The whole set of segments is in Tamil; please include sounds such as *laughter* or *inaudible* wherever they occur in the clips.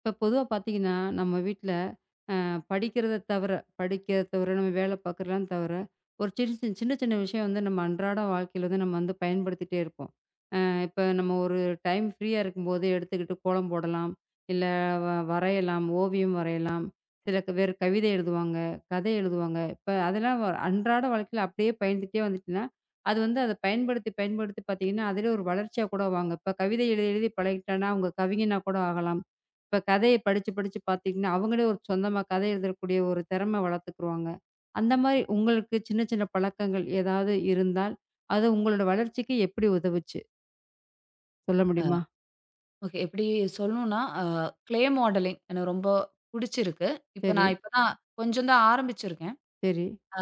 இப்ப பொதுவா பார்த்தீங்கன்னா, நம்ம வீட்ல படிக்கிறத தவிர நம்ம வேலை பார்க்குறதெல்லாம் தவிர, ஒரு சின்ன சின்ன சின்ன சின்ன விஷயம் வந்து நம்ம அன்றாட வாழ்க்கையில வந்து நம்ம வந்து பயன்படுத்திட்டே இருப்போம். இப்போ நம்ம ஒரு டைம் ஃப்ரீயா இருக்கும்போது எடுத்துக்கிட்டு கோலம் போடலாம். இல்ல வரையலாம், ஓவியம் வரையலாம். சில பேர் கவிதை எழுதுவாங்க, கதை எழுதுவாங்க. இப்ப அதெல்லாம் அன்றாட வாழ்க்கையில அப்படியே பயந்துட்டே வந்துச்சுன்னா, அது வந்து அத பயன்படுத்தி, பயன்படுத்தி பார்த்தீங்கன்னா, அதிலே ஒரு வளர்ச்சியா கூட வாங்க. இப்ப கவிதை எழுதி, எழுதி பழகிட்டான்னா, அவங்க கவிஞனா கூட ஆகலாம். இப்ப கதைய படிச்சு, படிச்சு பார்த்தீங்கன்னா, அவங்களே ஒரு சொந்தமா கதை எழுதக்கூடிய ஒரு திறமை வளர்த்துக்குருவாங்க. அந்த மாரி உங்களுக்கு சின்ன, சின்ன பழக்கங்கள் ஏதாவது இருந்தால், அது உங்களோட வளர்ச்சிக்கு எப்படி உதவுச்சு? சொல்ல அ முடியுமா? ஓகே. எப்படி சொல்லணும்னா, கிளே மாடலிங் எனக்கு ரொம்ப புடிச்சிருக்கு. இப்ப சரி, நான் இப்ப தான் கொஞ்சம் தான் ஆரம்பிச்சிருக்கேன். சரி. அ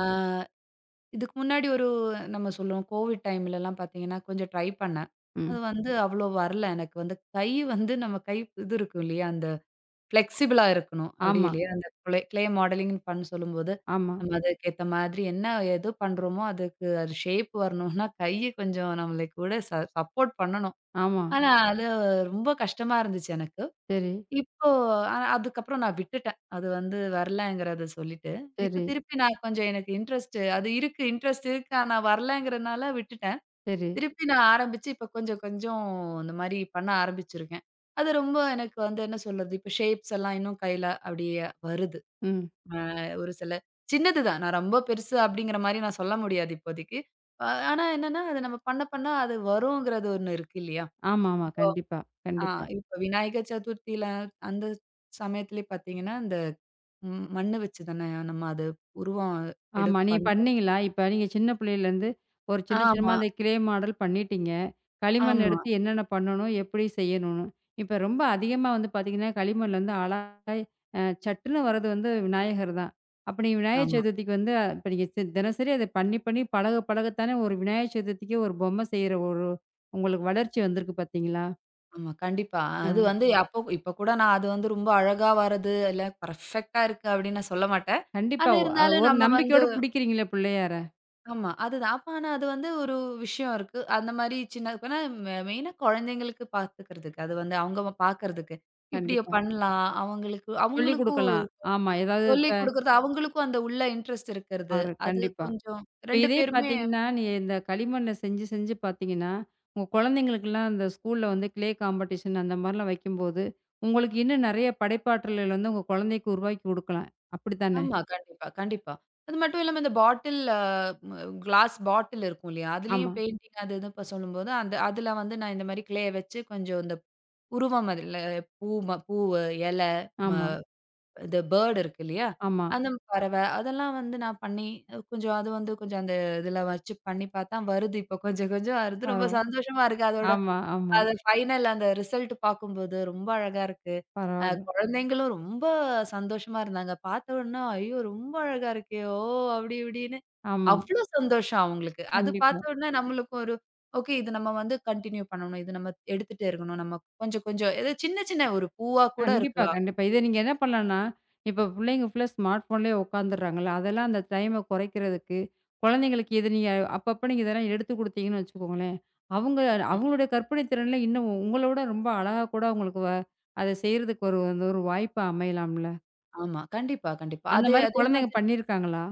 இதுக்கு முன்னாடி ஒரு நம்ம சொல்லுவோம் கோவிட் டைம்லலாம் பார்த்தீங்கன்னா, கொஞ்சம் ட்ரை பண்ணேன். ம். அது வந்து அவ்வளோ வரல. எனக்கு வந்து கை வந்து நம்ம கை இது இருக்கும் இல்லையா, அந்த ஃப்ளெக்சிபிளா இருக்கணும். அப்படி ஆமா, இல்லையா, அந்த கிளே மாடலிங்ன்னு பண்ண சொல்லும்போது, ஆமா, நம்ம அதுக்கேத்த மாதிரி என்ன எது பண்றோமோ, அதுக்கு அது ஷேப் வரணும்னா கைய கொஞ்சம் நம்மளை கூட சப்போர்ட் பண்ணணும். ஆமா. ஆனா அது ரொம்ப கஷ்டமா இருந்துச்சு எனக்கு. சரி, இப்போ அதுக்கப்புறம் நான் விட்டுட்டேன். அது வந்து வரலங்கிறத சொல்லிட்டு. இப்ப சரி, திருப்பி நான் கொஞ்சம் எனக்கு இன்ட்ரெஸ்ட் அது இருக்கு. இன்ட்ரெஸ்ட் இருக்கு. ஆனா வரலங்கிறனால விட்டுட்டேன். சரி. திருப்பி நான் ஆரம்பிச்சு இப்ப கொஞ்சம் கொஞ்சம் இந்த மாரி பண்ண ஆரம்பிச்சிருக்கேன். அது ரொம்ப எனக்கு வந்து என்ன சொல்றது? இப்ப ஷேப்ஸ் எல்லாம் இன்னும் கையில அப்படியே வருது. ம். அ ஒரு சில சின்னது தான். நான் ரொம்ப பெருசு அப்படிங்கிற மாரி நான் சொல்ல முடியாது இப்போதைக்கு. அ ஆனா என்னன்னா, அத நம்ம பண்ண பண்ண அது வருங்கிறது ஒண்ணு இருக்கு இல்லையா? ஆமாமா. கண்டிப்பா, ஆ கண்டிப்பா. இப்ப விநாயகர் சதுர்த்தியில அந்த சமயத்திலே பார்த்தீங்கன்னா, இந்த மண்ணு வச்சு தானே நம்ம அது உருவம் எடு ஆமா. நீங்க பண்றோம். பண்ணீங்களா? இப்ப நீங்க சின்ன பிள்ளையிலேருந்து ஒரு சின்ன சின்னமா ஆமா, அந்த கிளே மாடல் பண்ணிட்டீங்க. களிமண் ஆமா, எடுத்து என்னென்ன பண்ணணும்? எப்படி செய்யணும்னு. இப்ப ரொம்ப அதிகமா வந்து பார்த்தீங்கன்னா, களிமண்ல வந்து அழகா சட்டுன்னு வர்றது வந்து விநாயகர் தான். அப்ப நீங்க விநாயகர் ஆமா, சதுர்த்திக்கு வந்து இப்ப நீங்க தினசரி அத பண்ணி பண்ணி பழக பழகத்தானே ஒரு விநாயகர் சதுர்த்திக்கு ஒரு பொம்மை செய்ற ஒரு உங்களுக்கு வளர்ச்சி வந்திருக்கு பார்த்தீங்களா? ஆமா. கண்டிப்பா. அது ஆ வந்து அப்போ இப்ப கூட நான் அது வந்து ரொம்ப அழகா வரது, இல்ல பெர்ஃபெக்ட்டா இருக்கு அப்படின்னு நான் சொல்ல மாட்டேன். கண்டிப்பா. ஆனா ஒ அ இருந்தாலும் ஒரு நம்ம வந்து நம்பிக்கையோட பிடிக்கிறீங்களே பிள்ளையார. ஆமா அதுதான். அப்ப ஆனா அது வந்து ஒரு விஷயம் இருக்கு. அந்த மாரி சின்ன இப்பனா மெயினா குழந்தைங்களுக்கு பார்த்துக்கிறதுக்கு. அது வந்து அவங்க பார்க்கறதுக்கு. இப்படி கண்டிப்பா. பண்ணலாம். சொல்லிக் அவங்களுக்கும் குடுக்கலாம். ஆமா. ஏதாவது இப்ப சொல்லிக் குடுக்குறது, அவங்களுக்கும் அந்த உள்ள இன்ட்ரெஸ்ட் இருக்கிறது. ஆறு அது கண்டிப்பா. கொஞ்சம் இப்ப 2 இதே பேருமே பார்த்தீங்கன்னா, நீ இந்த களிமண்ண செஞ்சு செஞ்சு பார்த்தீங்கன்னா, உங்க குழந்தைங்களுக்கெல்லாம் இந்த ஸ்கூல்ல வந்து கிளே காம்படிஷன் அந்த மாரிலாம் வைக்கும்போது, உங்களுக்கு இன்னும் நெறைய படைப்பாற்றல்கள் வந்து உங்க குழந்தைக்கு உருவாக்கி குடுக்கலாம். அப்படித்தானே? ஆமா, கண்டிப்பா, கண்டிப்பா. அது மட்டும் இல்லாம இந்த பாட்டில் கிளாஸ் பாட்டில் இருக்கும் இல்லையா? ஆமா, அதுலயும் பெயிண்டிங் அது இது இப்ப சொல்லும்போது, அந்த அதுல வந்து நான் இந்த மாரி கிளேய வச்சு கொஞ்சம் இந்த உருவம் அதுல பூ ம பூவு, இலை, ம ஆமா, இந்த பேர்ட் இருக்கு இல்லையா? ஆமா, அந்த பறவை அதெல்லாம் வந்து நான் பண்ணி கொஞ்சம் அது வந்து கொஞ்சம் அந்த இதுல வச்சு பண்ணி பார்த்தா வருது. இப்போ கொஞ்சம் கொஞ்சம் வருது. ரொம்ப பரவா சந்தோஷமா இருக்கு. அதோட ஆமா, ஆமா. அது ஃபைனல் அந்த ரிசல்ட் பார்க்கும்போது ரொம்ப அழகா இருக்கு. பரவால்ல. குழந்தைங்களும் ரொம்ப சந்தோஷமா இருந்தாங்க. பார்த்த உடனே, "ஐயோ! ரொம்ப அழகா இருக்கே! ஓ!" அப்படி இப்படின்னு ஆமா, அவ்ளோ சந்தோஷம் அவங்களுக்கு. அது கண்டிப்பா. பார்த்த உடனே நம்மளுக்கும் ஒரு, "ஓகே இது நம்ம வந்து கன்டின்யூ பண்ணணும். இது நம்ம எடுத்துட்டே இருக்கணும். நம்ம கொஞ்சம் கொஞ்சம்" ஏதோ சின்ன சின்ன ஒரு பூவா கூட கண்டிப்பா, இருக்கலாம். கண்டிப்பா. இத நீங்க என்ன பண்ணலான்னா, இப்ப பிள்ளைங்க ஃபுல்லா ஸ்மார்ட் ஃபோன்லயே உட்காந்துடுறாங்கல்ல, அதெல்லாம் அந்த டைம குறைக்கிறதுக்கு, குழந்தைங்களுக்கு இத நீங்க அப்பப்ப நீங்க இதெல்லாம் எடுத்து குடுத்தீங்கன்னு வச்சுக்கோங்களேன், அவங்க ம். அவங்களுடைய கற்பனை திறன்ல இன்னும் உங்களோட ரொம்ப அழகா கூட அவங்களுக்கு அத செய்றதுக்கு ஒரு வந்து ஒரு வாய்ப்பு அமையலாம்ல. ஆமா. கண்டிப்பா, கண்டிப்பா. அந்த அது மாரி அதே குழந்தைங்க மாதிரி பண்ணியிருக்காங்களா?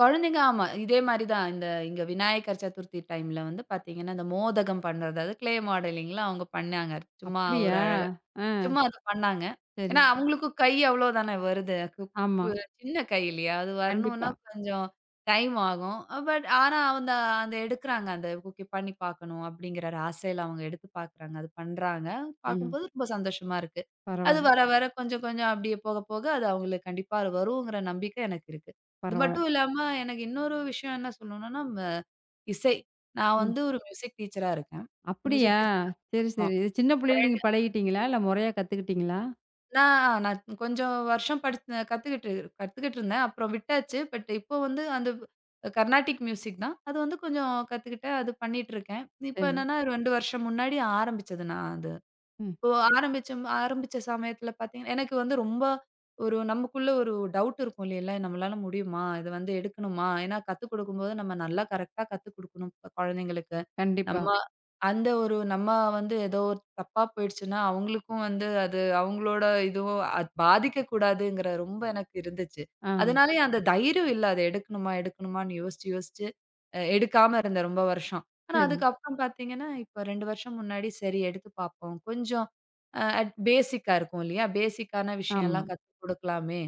குழந்தைங்க ஆமா. இதே மாரி தான். இந்த இங்க விநாயகர் சதுர்த்தி டைம்ல வந்து பார்த்தீங்கன்னா, இந்த மோதகம் பண்றது, அது க்ளே மாடலிங்ல அவங்க பண்ணாங்க. சும்மா ஒரு அப்படியா? அழகா ஆ சும்மா அத பண்ணாங்க. ஏன்னா சரி. அவங்களுக்கும் கை அவ்ளோ தானே வருது. ஆமா. சின்ன கை இல்லையா? அது வரணும்னா கண்டிப்பா. கொஞ்சம் டைம் ஆகும். ஆனா அந்த அந்த எடுக்குறாங்க. அந்த ஓகே பண்ணி பார்க்கணும் அப்படிங்கிற ஒரு ஆசையில அவங்க எடுத்து பார்க்குறாங்க. அது பண்றாங்க. ம். பார்க்கும்போது ரொம்ப சந்தோஷமா இருக்கு. அது பரவால்ல, வர வர கொஞ்சம் கொஞ்சம் அப்படியே போக போக அது அவங்களுக்கு கண்டிப்பா அது வருங்கிற நம்பிக்கை எனக்கு இருக்கு. இது பரவால்ல. மட்டும் இல்லாம எனக்கு இன்னொரு விஷயம் என்ன சொல்லணும்னா, இசை. நான் ம். வந்து ஒரு மியூசிக் டீச்சரா இருக்கேன். அப்படியா? மியூசிக் டீச்சர் சரி, ஆமா. சரி. இது சின்ன பிள்ளையில நீங்க பழகிட்டீங்களா? இல்ல முறையா கத்துக்கிட்டீங்களா? நான் நான் கொஞ்சம் வருஷம் கத்துக்கிட்டு கத்துக்கிட்டு இருந்தேன். அப்புறம் விட்டாச்சு. பட் இப்போ வந்து அந்த கர்நாடிக் மியூசிக் தான். அது வந்து கொஞ்சம் கத்துக்கிட்டேன். அது பண்ணிட்டு இருக்கேன். இப்ப சரி. என்னன்னா 2 வருஷம் முன்னாடி ஆரம்பிச்சது நான் அது. ம். இப்போ ஆரம்பிச்ச ஆரம்பிச்ச சமயத்துல பார்த்தீங்கன்னா, எனக்கு வந்து ரொம்ப ஒரு நமக்குள்ள ஒரு டவுட் இருக்கும் இல்லைல்ல, நம்மளால முடியுமா? இத வந்து எடுக்கணுமா? ஏன்னா கத்துக் குடுக்கும்போது நம்ம நல்லா கரெக்ட்டா கத்துக் குடுக்கணும் குழந்தைங்களுக்கு. கண்டிப்பா. நம்ம அந்த ஒரு நம்ம வந்து ஏதோ ஒரு தப்பா போயிடுச்சுன்னா, அவங்களுக்கும் வந்து அது அவங்களோட இதுவும் அது பாதிக்கக்கூடாதுங்கிற ரொம்ப எனக்கு இருந்துச்சு. ஆ, அதனாலயே அந்த தைரியம் இல்ல. அத எடுக்கணுமா? எடுக்கணுமான்னு யோசிச்சு, எடுக்காம இருந்தேன் ரொம்ப வருஷம். ஆனா சரி. அதுக்கப்புறம் பார்த்தீங்கன்னா, இப்போ 2 வருஷம் முன்னாடி சரி எடுத்து பார்ப்போம். கொஞ்சம் அட் பேசிக்கா இருக்கும் இல்லையா? பேசிக்கான ஆமா. விஷயம்லாம் கத்துக் குடுக்கலாமே!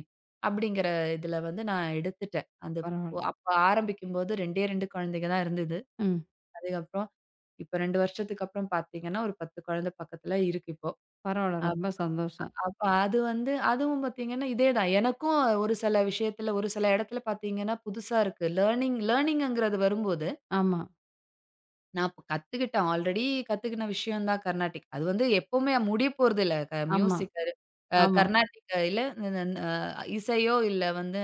அப்படிங்கிற இதுல வந்து நான் எடுத்துட்டேன். அந்த பரவால்ல. அப்ப ஆரம்பிக்கும்போது 2 குழந்தைங்க தான் இருந்தது. ம். அதுக்கப்புறம் இப்ப 2 வருஷத்துக்கு அப்புறம் பார்த்தீங்கன்னா, ஒரு 10 குழந்தை பக்கத்துல இருக்கு இப்போ. பரவால்ல. அப் ரொம்ப சந்தோஷம். அப்ப அது வந்து அதுவும் பார்த்தீங்கன்னா, இதே தான். எனக்கும் ஒரு சில விஷயத்துல ஒரு சில இடத்துல பார்த்தீங்கன்னா, புதுசா இருக்கு. லேர்னிங் லேர்னிங்ங்கிறது வரும்போது ஆமா, நான் அப்ப கத்துக்கிட்டேன். ஆல்ரெடி கத்துக்கின விஷயம் தான் கர்நாடிக். அது வந்து எப்பவுமே முடிய போறதில்ல. ஆமா, மியூசிக் அது ஆமா, கர்நாடிக் இல்ல ந ந இசையோ இல்ல வந்து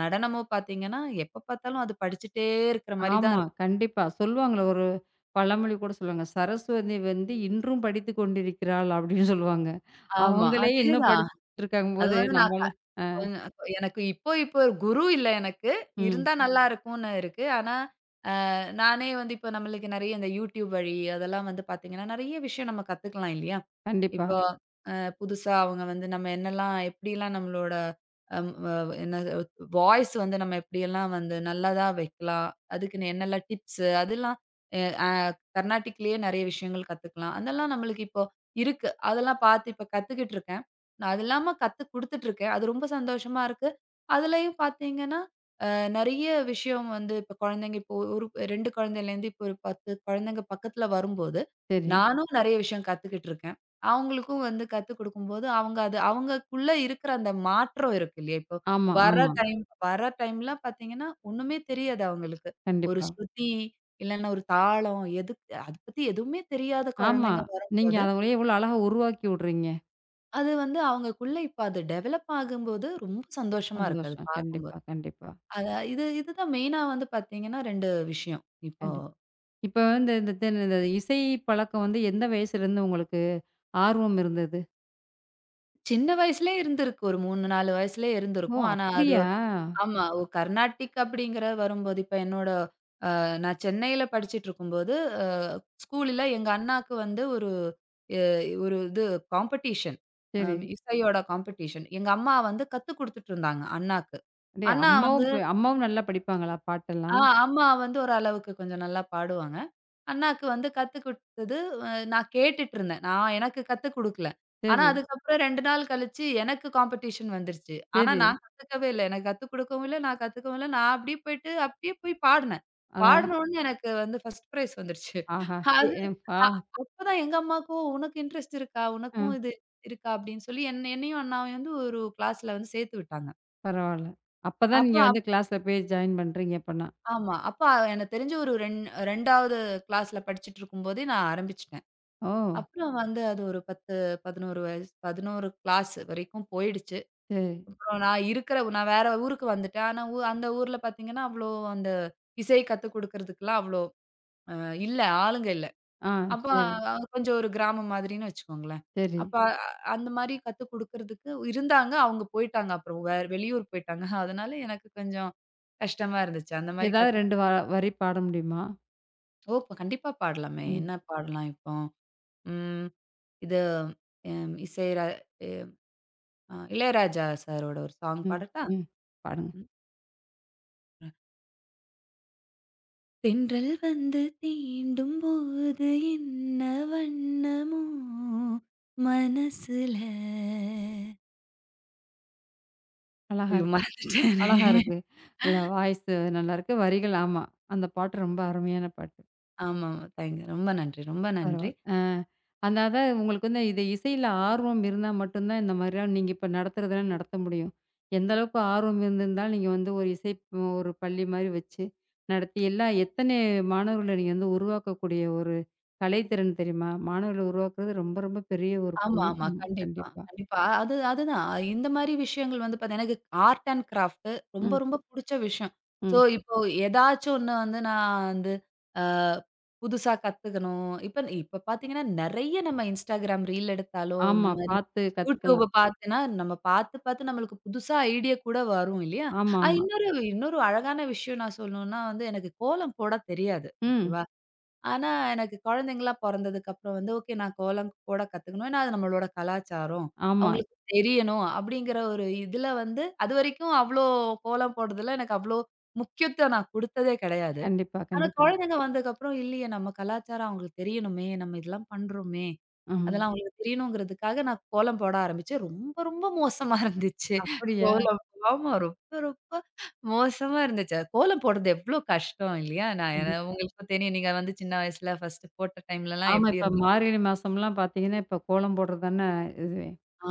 நடனமோ பார்த்தீங்கன்னா, எப்ப பார்த்தாலும் அது படிச்சுட்டே இருக்கிற மாரி தான் ஆமா. இருக்கும். கண்டிப்பா. சொல்லுவாங்கள்ல ஒரு பழமொழி கூட சொல்லுவாங்க. "சரஸ்வதி வந்து இன்றும் படித்துக் கொண்டிருக்கிறாள்" அப்படின்னு சொல்லுவாங்க. ஆமா. அவங்களே இன்னும் அதேதான். படிச்சுட்டு அது இருக்காங்கும்போது, வந்து நான் க நம்மள கொஞ்சம் எனக்கு இப்போ இப்போ ஒரு குரு இல்ல எனக்கு. ம். இருந்தா நல்லா இருக்கும்னு இருக்கு. ஆனா நானே வந்து இப்போ நம்மளுக்கு நெறைய இந்த YouTube வழி அதெல்லாம் வந்து பார்த்தீங்கன்னா, நெறைய விஷயம் நம்ம கத்துக்கலாம் இல்லையா? கண்டிப்பா. இப்போ அ புதுசா அவங்க வந்து நம்ம என்னெல்லாம் எப்படிலாம் நம்மளோட அம் வ என்னது வாய்ஸ் வந்து நம்ம எப்படியெல்லாம் வந்து நல்லதா வைக்கலாம். அதுக்குன்னு என்னெல்லாம் டிப்ஸு அதெல்லாம் எ அ கர்நாடிக்லயே நெறைய விஷயங்கள் கத்துக்கலாம். அதெல்லாம் நம்மளுக்கு இப்போ இருக்கு. அதெல்லாம் பார்த்து இப்ப கத்துக்கிட்டு இருக்கேன். நான் அது இல்லாம கத்து குடுத்துட்டு இருக்கேன். அது ரொம்ப சந்தோஷமா இருக்கு. அதுலயும் பார்த்தீங்கன்னா நெறைய விஷயம் வந்து இப்ப குழந்தைங்க இப்போ ஒரு 2 குழந்தையிலேருந்து இப்போ ஒரு 10 குழந்தைங்க பக்கத்துல வரும்போது, சரி. நானும் நெறைய விஷயம் கத்துக்கிட்டு இருக்கேன். அவங்களுக்கும் வந்து கத்துக் குடுக்கும்போது, அவங்க அது அவங்கக்குள்ள இருக்கிற அந்த மாற்றம் இருக்கு இல்லையா? இப்போ ஆமா, வர ஆமா. ம். டைம்லாம் பார்த்தீங்கன்னா, ஒண்ணுமே தெரியாது அவங்களுக்கு. ஒரு கண்டிப்பா. ஸ்ருதி இல்லன்னா ஒரு தாளம் எதுக்கு அத பத்தி எதுவுமே தெரியாத ஆமா. குழந்தைங்க நீங்க வரும்போது, அவங்கள எவ்வளோ அழகா உருவாக்கி விடுறீங்க. அது வந்து அவங்கக்குள்ள இப்ப அது டெவலப் ஆகும்போது ரொம்ப சந்தோஷமா இருக்கு அது சந்தோஷம். கண்டிப்பா, பார்க்கும்போது. கண்டிப்பா, அதா இதுதான் மெயினா வந்து பார்த்தீங்கன்னா 2 விஷயம். இப்போ கண்டிப்பா. இப்ப வந்து இந்த இந்த இசை பழக்கம் வந்து எந்த வயசுலேருந்து உங்களுக்கு ஆர்வம் இருந்தது. சின்ன வயசுலயே இருந்திருக்கு. ஒரு 3, 4 வயசுலயே ஓ! இருந்திருக்கும். ஆனா அது அப்படியா? ஆமா. கர்நாடிக் அப்படிங்கிற வரும்போது இப்ப என்னோட நான் சென்னையில படிச்சுட்டுருக்கும்போது, அ ஸ்கூல்ல எங்க அண்ணாக்கு வந்து ஒரு எ ஒரு இது காம்படிஷன். அ சரி. இசையோட காம்படிஷன். எங்க அம்மா வந்து கத்துக் குடுத்துட்டு இருந்தாங்க அண்ணாக்கு. டேய் அண்ணா அம்மாவும் வந்து அம்மாவும் நல்லா படிப்பாங்களா ஆ பாட்டெல்லாம்? அம்மா வந்து ஓரளவுக்கு கொஞ்சம் நல்லா பாடுவாங்க. அண்ணாக்கு வந்து கத்து குடுத்தது நான் கேட்டுட்டு இருந்தேன். நான் எனக்கு கத்து குடுக்கல. ஆனா சரி, அதுக்கப்புறம் 2 நாள் கழிச்சு எனக்கு காம்படிஷன் வந்துருச்சு. ஆனா சரி. நான் கத்துக்கவே இல்ல. எனக்கு கத்துக் குடுக்கவும் இல்ல, நான் கத்துக்கவும் இல்ல. நான் அப்படியே போயிட்டு அப்படியே போய் பாடுனேன். அதான் பாடுன உடனே எனக்கு வந்து ஃபர்ஸ்ட் பிரைஸ் வந்துருச்சு. ஆஹா! எ அது எம் ஆ அப்பதான் எங்க அம்மாக்கும் "உனக்கு இன்ட்ரெஸ்ட் இருக்கா? அ உனக்கும் இது இருக்கா?" அப்படின்னு சொல்லி என்னையும் அண்ணாவையும் வந்து ஒரு கிளாஸ்ல வந்து சேர்த்து விட்டாங்க. பரவால்ல. அப்பதான் அப்ப நீங்க வந்து அப்- கிளாஸ்ல போய் ஜாயின் பண்றீங்க அப்பன்னா. ஆமா. அப்ப எனக்கு தெரிஞ்சு ஒரு ரெண் 2வது கிளாஸ்ல படிச்சுட்டு இருக்கும்போதே நான் ஆரம்பிச்சுட்டேன். ஓ! அப்புறம் வந்து அது ஒரு 10, 11 வயசு, 11 கிளாஸ் வரைக்கும் போயிடுச்சு. சரி. அப்புறம் நான் வேற ஊருக்கு வந்துட்டேன். ஆனா அந்த ஊர்ல பார்த்தீங்கன்னா, அவ்வளோ அந்த இசை கத்துக் குடுக்கறதுக்குலாம் அவ்வளோ அ இல்ல. ஆளுங்க இல்ல. ஆ அப்ப சரி, கொஞ்சம் ஒரு கிராமம் மாதிரின்னு வச்சுக்கோங்களேன். சரி. அப்ப அ- அந்த மாரி கத்துக் குடுக்கறதுக்கு இருந்தாங்க. அவங்க போயிட்டாங்க. அப்புறம் வேற வெளியூர் போயிட்டாங்க. அதனால எனக்கு கொஞ்சம் கஷ்டமா இருந்துச்சு. அந்த மாரி ஏதாவது கத்து 2 வரி பாட முடியுமா? ஓ! இப்ப கண்டிப்பா பாடலாமே. ம், என்ன பாடலாம் இப்போ? ம். இது அ இசை ர இளையராஜா சாரோட ஒரு சாங் ம், பாடட்டா? ம். பாடுங்க. ம். அ. தென்றல் வந்து தீண்டும் போது என்ன வண்ணமோ மனசுல. அழகா ஐயோ! இருக்கு. மறந்துட்டேனே. அழகா இருக்கு. இல்ல வாய்ஸு நல்லாருக்கு. வரிகள் ஆமா. அந்த பாட்டு ரொம்ப அருமையான பாட்டு. ஆமாமா. தேங்க் ரொம்ப நன்றி, ரொம்ப நன்றி. பரவால்ல. ஆ. அந்த அதான் உங்களுக்கு வந்து இது இசையில ஆர்வம் இருந்தா மட்டும் தான் இந்த மாதிரிலாம் நீங்க இப்ப நடத்துறதெல்லாம் நடத்த முடியும். எந்த அளவுக்கு ஆர்வம் இருந்திருந்தாலும் நீங்க வந்து ஒரு இசை ம், ஒரு பள்ளி மாரி வச்சு நடத்தி எல்லா எத்தனை மாணவர்கள நீங்க வந்து உருவாக்கக்கூடிய ஒரு கலைத்திறன் தெரியுமா? மாணவர்கள உருவாக்குறது ரொம்ப ரொம்ப பெரிய ஒரு ஆமா, புண்ணியம். ஆமா. ஆமா, கண்டிப்பா, கண்டிப்பா. கண்டிப்பா. அது அதுதான். இந்த மாரி விஷயங்கள் வந்து பாத்தீங்கன்னா, எனக்கு ஆர்ட் அண்ட் கிராஃப்ட் ரொம்ப, ம், ரொம்ப புடிச்ச விஷயம். ஸோ, ம். இப்போ ஏதாச்சும் ஒண்ணு வந்து நான் வந்து அ புதுசா கத்துக்கணும். இப்ப இப்ப பாத்தீங்கன்னா, நெறைய நம்ம Instagram ரீல் எடுத்தாலோ, இந்த ஆமா, மாரி பார்த்து YouTube கத்துக்கலாம். பாத்தேன்னா, நம்ம பாத்து, நம்மளுக்கு புதுசா ஐடியா கூட வரும் இல்லையா? ஆமா, ஆமா. இன்னொரு இன்னொரு அழகான விஷயம் நான் சொல்லணும்னா வந்து, எனக்கு கோலம் போட தெரியாது. ம். ஓகேவா? ஆனா, எனக்கு குழந்தைங்களா பொறந்ததுக்கப்புறம் வந்து, ஓகே நான் கோலம் போட கத்துக்கணும். ஏன்னா, அது நம்மளோட கலாச்சாரம். ஆமா. அவங்களுக்கு தெரியணும் அப்படிங்கிற ஒரு இதுல வந்து அதுவரைக்கும் அவ்ளோ கோலம் போடுறதுல எனக்கு அவ்ளோ முக்கியத்துவம் நான் குடுத்ததே கிடையாது. கண்டிப்பா, ஆனா கண்டிப்பா. குழந்தைங்க வந்ததுக்கப்புறம், இல்லையே நம்ம கலாச்சாரம் அவங்களுக்கு தெரியணுமே, நம்ம இதெல்லாம் பண்றோமே, ஆமா. அதெல்லாம் அவங்களுக்கு தெரியணுங்கிறதுக்காக நான் கோலம் போட ஆரம்பிச்சேன். ரொம்ப, ரொம்ப மோசமா இருந்துச்சு. அப்படியா? கோலம் ஆமா. ரொம்ப, ரொம்ப மோசமா இருந்துச்சு. அது கோலம் போடுறது எவ்ளோ கஷ்டம் இல்லையா? நான் என கண்டிப்பா. உங்களுக்கும் தெரியும். நீங்க வந்து சின்ன வயசுல ஃபர்ஸ்ட்டு போட்ட டைம்லலாம் ஆமா. எப்படி இப்ப இருந்தீங்க? மார்கழி மாசம்லாம் பார்த்தீங்கன்னா, இப்ப கோலம் போடுறது தானே இதுவே. ஆ.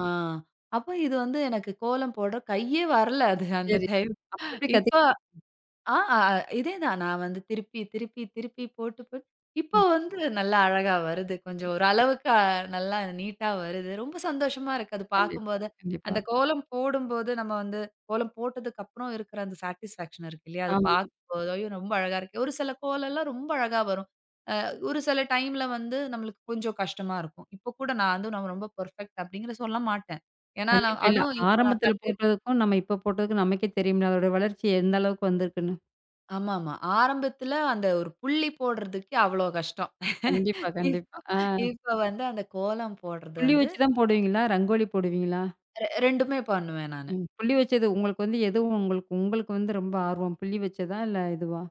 அப்ப இது வந்து எனக்கு கோலம் போட கையே வரல அது அந்த சரி. டைம். அப்புறம் எப்படி இப்ப கத்துக் ஆ அ இதேதான். நான் வந்து திருப்பி, போட்டு, இப்போ ம். வந்து நல்லா அழகா வருது. கொஞ்சம் ஓரளவுக்கு நல்லா நீட்டா வருது. ரொம்ப சந்தோஷமா இருக்கு. அது கண்டிப்பா, பார்க்கும்போது. கண்டிப்பா. அந்த கோலம் போடும்போது நம்ம வந்து கோலம் போட்டதுக்கு அப்புறம் இருக்கிற அந்த சாட்டிஸ்ஃபேக்ஷன் இருக்கு இல்லையா? அது ஆமா. பார்க்கும்போது, ஐயோ! ரொம்ப அழகா இருக்கு. ஒரு சில கோலம்லாம் ரொம்ப அழகா வரும். ஒரு சில டைம்ல வந்து நம்மளுக்கு கொஞ்சம் கஷ்டமா இருக்கும். இப்போ கூட நான் ரொம்ப பெர்ஃபெக்ட் அப்படிங்கிற சொல்ல மாட்டேன். ஏன்னா கண்டிப்பா. நான் இல்ல அதுவும் இப்போ நான் ஆரம்பத்தில கத்து போட்டதுக்கும், நம்ம இப்ப போட்டதுக்கும் நமக்கே தெரியும்ல. அதோட வளர்ச்சி எந்த அளவுக்கு வந்திருக்குன்னு. ஆமாமா. ஆரம்பத்தில அந்த ஒரு புள்ளி போடுறதுக்கே அவ்வளோ கஷ்டம். கண்டிப்பா, கண்டிப்பா. இப்போ ஆ இப்ப வந்து அந்த கோலம் போடுறது புள்ளி வந்து வச்சு தான் போடுவீங்களா? ரங்கோலி போடுவீங்களா? 2மே பண்ணுவேன் நானு. ம். புள்ளி வச்சது உங்களுக்கு வந்து எதுவும் உங்களுக்கு உங்களுக்கு வந்து ரொம்ப ஆர்வம்? புள்ளி வச்சதா? இல்ல இதுவா?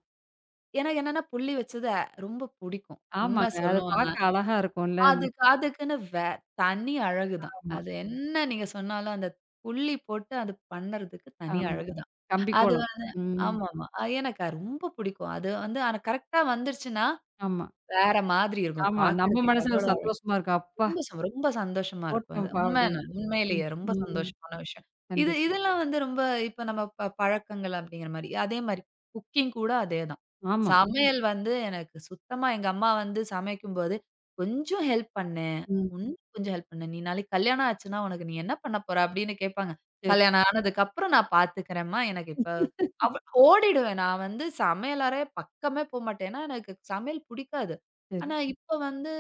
எனக்கு என்னன்னா புள்ளி வச்சது ரொம்ப புடிக்கும். உண்ம ஆமாங்க. அத சொல்லணும்னா. பார்க்க அழகா இருக்கும்ல. அதுக்கு அதுக்குன்னு தனி அழகு தான். ஆமா, அது என்ன நீங்க சொன்னாலும் அந்த புள்ளி போட்டு அது பண்ணறதுக்கு தனி ஆமா. அழகு தான். கம்பி அது கோலம். வந் ம். ஆமாமா. எனக்கு அது ரொம்ப புடிக்கும். அது வந்து ஆனா கரெக்ட்டா வந்துருச்சுன்னா, ஆமா, வேற மாதிரி இருக்கும். ஆமா. நம்ம பார்க்கறதுக்கு மனசுல ஒரு அவ்வளோ சந்தோஷமா இருக்கும். அப்பா! ரொம்ப சந்தோஷமா இருக்கும். அது போட்டோம்ப்பா உண்ம அப்படின்ட்டு. ம், உண்மையிலேயே ரொம்ப ம். சந்தோஷமான விஷயம். இது கண்டிப்பா. இதெல்லாம் வந்து ரொம்ப இப்ப நம்ம பழக்கங்கள் அப்படிங்கிற மாரி. அதே மாரி குக்கிங் கூட அதேதான். ஆமா. சமையல் வந்து எனக்கு சுத்தமா எங்க அம்மா வந்து சமைக்கும்போது, "கொஞ்சம் ஹெல்ப் பண்ணு. ம். இன்னும் கொஞ்சம் ஹெல்ப் பண்ணு. நீ நாளைக்கு கல்யாணம் ஆச்சுன்னா, உனக்கு நீ என்ன பண்ண போற?" அப்படின்னு கேட்பாங்க. சரி, கல்யாணம் ஆனதுக்கப்புறம் நான் பார்த்துக்கிறேன்ம்மா. எனக்கு இப்ப அவ் ஓடிடுவேன். நான் வந்து சமையல் அறை பக்கமே போமாட்டேன். ஏன்னா எனக்கு சமையல் பிடிக்காது. சரி. ஆனா இப்ப வந்து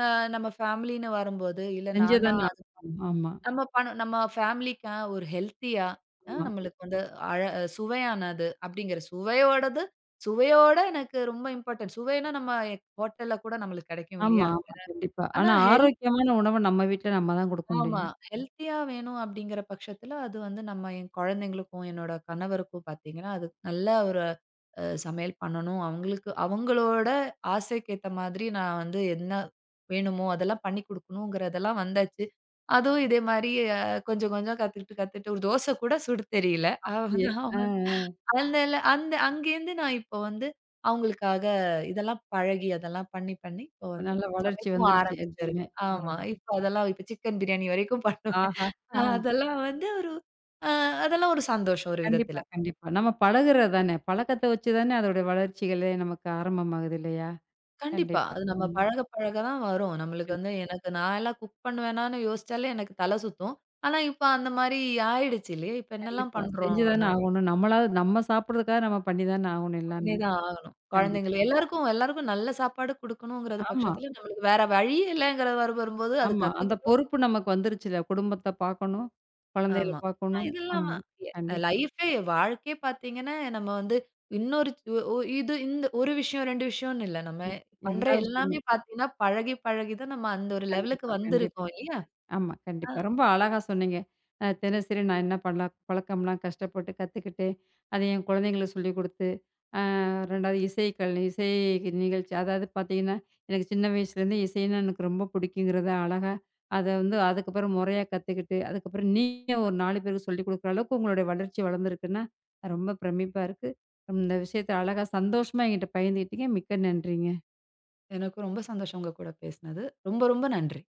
அ நம்ம ஃபேமிலின்னு வரும்போது, இல்ல செஞ்சே நான் தான தான் ஆகணும். ஆமா, நம்ம பணம் நம்ம ஃபேமிலிக்கா ஒரு ஹெல்த்தியா, ஆமா. நம்மளுக்கு வந்து அழ சுவையானது அப்படிங்கிற சுவையோடது சுவையோட எனக்கு ரொம்ப இம்பார்ட்டன்ட். சுவைன்னா நம்ம ஹோட்டல்ல கூட நம்மளுக்கு கிடைக்கும் ஆமா, இல்லையா? ஆமா. கண்டிப்பா. ஆனா ஆனா ஹெல்த் ஆரோக்கியமான உணவ நம்ம வீட்ல நம்ம தான் குடுக்க ஆமா. முடியும். ஹெல்த்தியா வேணும் அப்படிங்கிற பட்சத்துல, அது வந்து நம்ம என் குழந்தைங்களுக்கும், என்னோட கணவருக்கும் பாத்தீங்கன்னா, அது நல்ல ஒரு சமையல் பண்ணணும். அவங்களுக்கு அவங்களோட ஆசைக்கு ஏத்த மாதிரி நான் வந்து என்ன வேணுமோ, அதெல்லாம் பண்ணி குடுக்கணுங்கிறதெல்லாம் வந்தாச்சு. அதுவும் இதே மாரி அ கொஞ்சம் கொஞ்சம் கத்துக்கிட்டு கத்துக்கிட்டு ஒரு தோசை கூட சுட தெரியல. அவ அப்படியே. வந்து ஆ அந்த அங்கேருந்து நான் இப்போ வந்து அவங்களுக்காக இதெல்லாம் பழகி, அதெல்லாம் பண்ணி, இப்போ வந்து நல்ல வளர்ச்சி சமைக்கவும் வந்துருச்சு எல்லாமே. ஆரம்பிச்சிருக்கு. ஆமா. பரவால்ல. இப்போ அதெல்லாம் இப்போ சிக்கன் பிரியாணி வரைக்கும் *laughs* பண்ணுவேன். ஆஹா! ஆ அதெல்லாம் வந்து ஒரு அ அதெல்லாம் ஒரு சந்தோஷம் ஒரு கண்டிப்பா, விதத்தில. கண்டிப்பா. நம்ம பழகுறது தானே. பழக்கத்த வச்சு தானே அதோட வளர்ச்சிகளே நமக்கு ஆரம்பமாகுது இல்லையா? கண்டிப்பா. கண்டிப்பா. அது நம்ம ம். பழக பழக தான் வரும். நம்மளுக்கு கண் வந்து எனக்கு நான் எல்லாம் குக் பண்ணுவேனான்னு யோசிச்சாலே எனக்கு தல சுத்தும். ஆனா, இப்போ அந்த மாரி ஆயிடுச்சு இல்லையா? இப்போ என்னலாம் கண்டிப்பா. பண்றோம் செஞ்சு தானே ஆகணும். நம்மளாவது நம்ம சாப்பிடுறதுக்காக நம்ம பண்ணி தானே ஆகணும் எல்லாமே. பண்ணிதான் ஆகணும். குழந்தைங்கள கண்டிப்பா. எல்லாருக்கும் எல்லாருக்கும் நல்ல சாப்பாடு குடுக்கணும்ங்கற ஆமா. பட்சத்துல, நம்மளுக்கு வேற வழி இல்லங்கறது வரும்போது அது ஆமா. அந்த கத்துக்கிட்டும். பொறுப்பு நமக்கு வந்துருச்சுல்ல. குடும்பத்த பார்க்கணும், குழந்தைகள ஆமா. பார்க்கணும். இதெல்லாம் ஆமா. அ கண்டிப்பா. லைஃபே வாழ்க்கையே பாத்தீங்கன்னா, நம்ம வந்து இன்னொரு ஒ ஒ- இது இந்த ஒரு விஷயம், 2 விஷயம்னு இல்ல. நம்ம ம். பண்ற எல்லா விஷயமே. எல்லாமே பாத்தீங்கன்னா, பழகி பழகி தான் நம்ம அந்த ஒரு லெவலுக்கு கண்டிப்பா, கண்டிப்பா. வந்திருக்கோம் இல்லையா? ஆமா. அ கண்டிப்பா. ரொம்ப அழகா சொன்னீங்க. தினசரி நான் என்ன பண்ணலாம் பழக்கம்லாம் கஷ்டப்பட்டு கத்துக்கிட்டு, அத என் குழந்தைங்களுக்கு சொல்லிக் குடுத்து, அ 2வது இசை நிகழ்ச்சி அதாவது பார்த்தீங்கன்னா, எனக்கு சின்ன வயசுலேருந்து இசைன்னா எனக்கு ரொம்ப பிடிக்குங்கிறத அழகா அத வந்து அதுக்கப்புறம் முறையா கத்துக்கிட்டு, அதுக்கப்புறம் நீங்க ஒரு 4 பேருக்கு சொல்லிக் குடுக்குற அளவுக்கு உங்களுடைய வளர்ச்சி வளர்ந்துருக்குன்னா, ரொம்ப பிரமிப்பா இருக்கு. இந்த விஷயத்த அழகா சந்தோஷமா என்கிட்ட பகிர்ந்துக்கிட்டீங்க. மிக்க நன்றிங்க. எனக்கும் ரொம்ப சந்தோஷம் உங்க கூட பேசினது. ரொம்ப ரொம்ப நன்றி.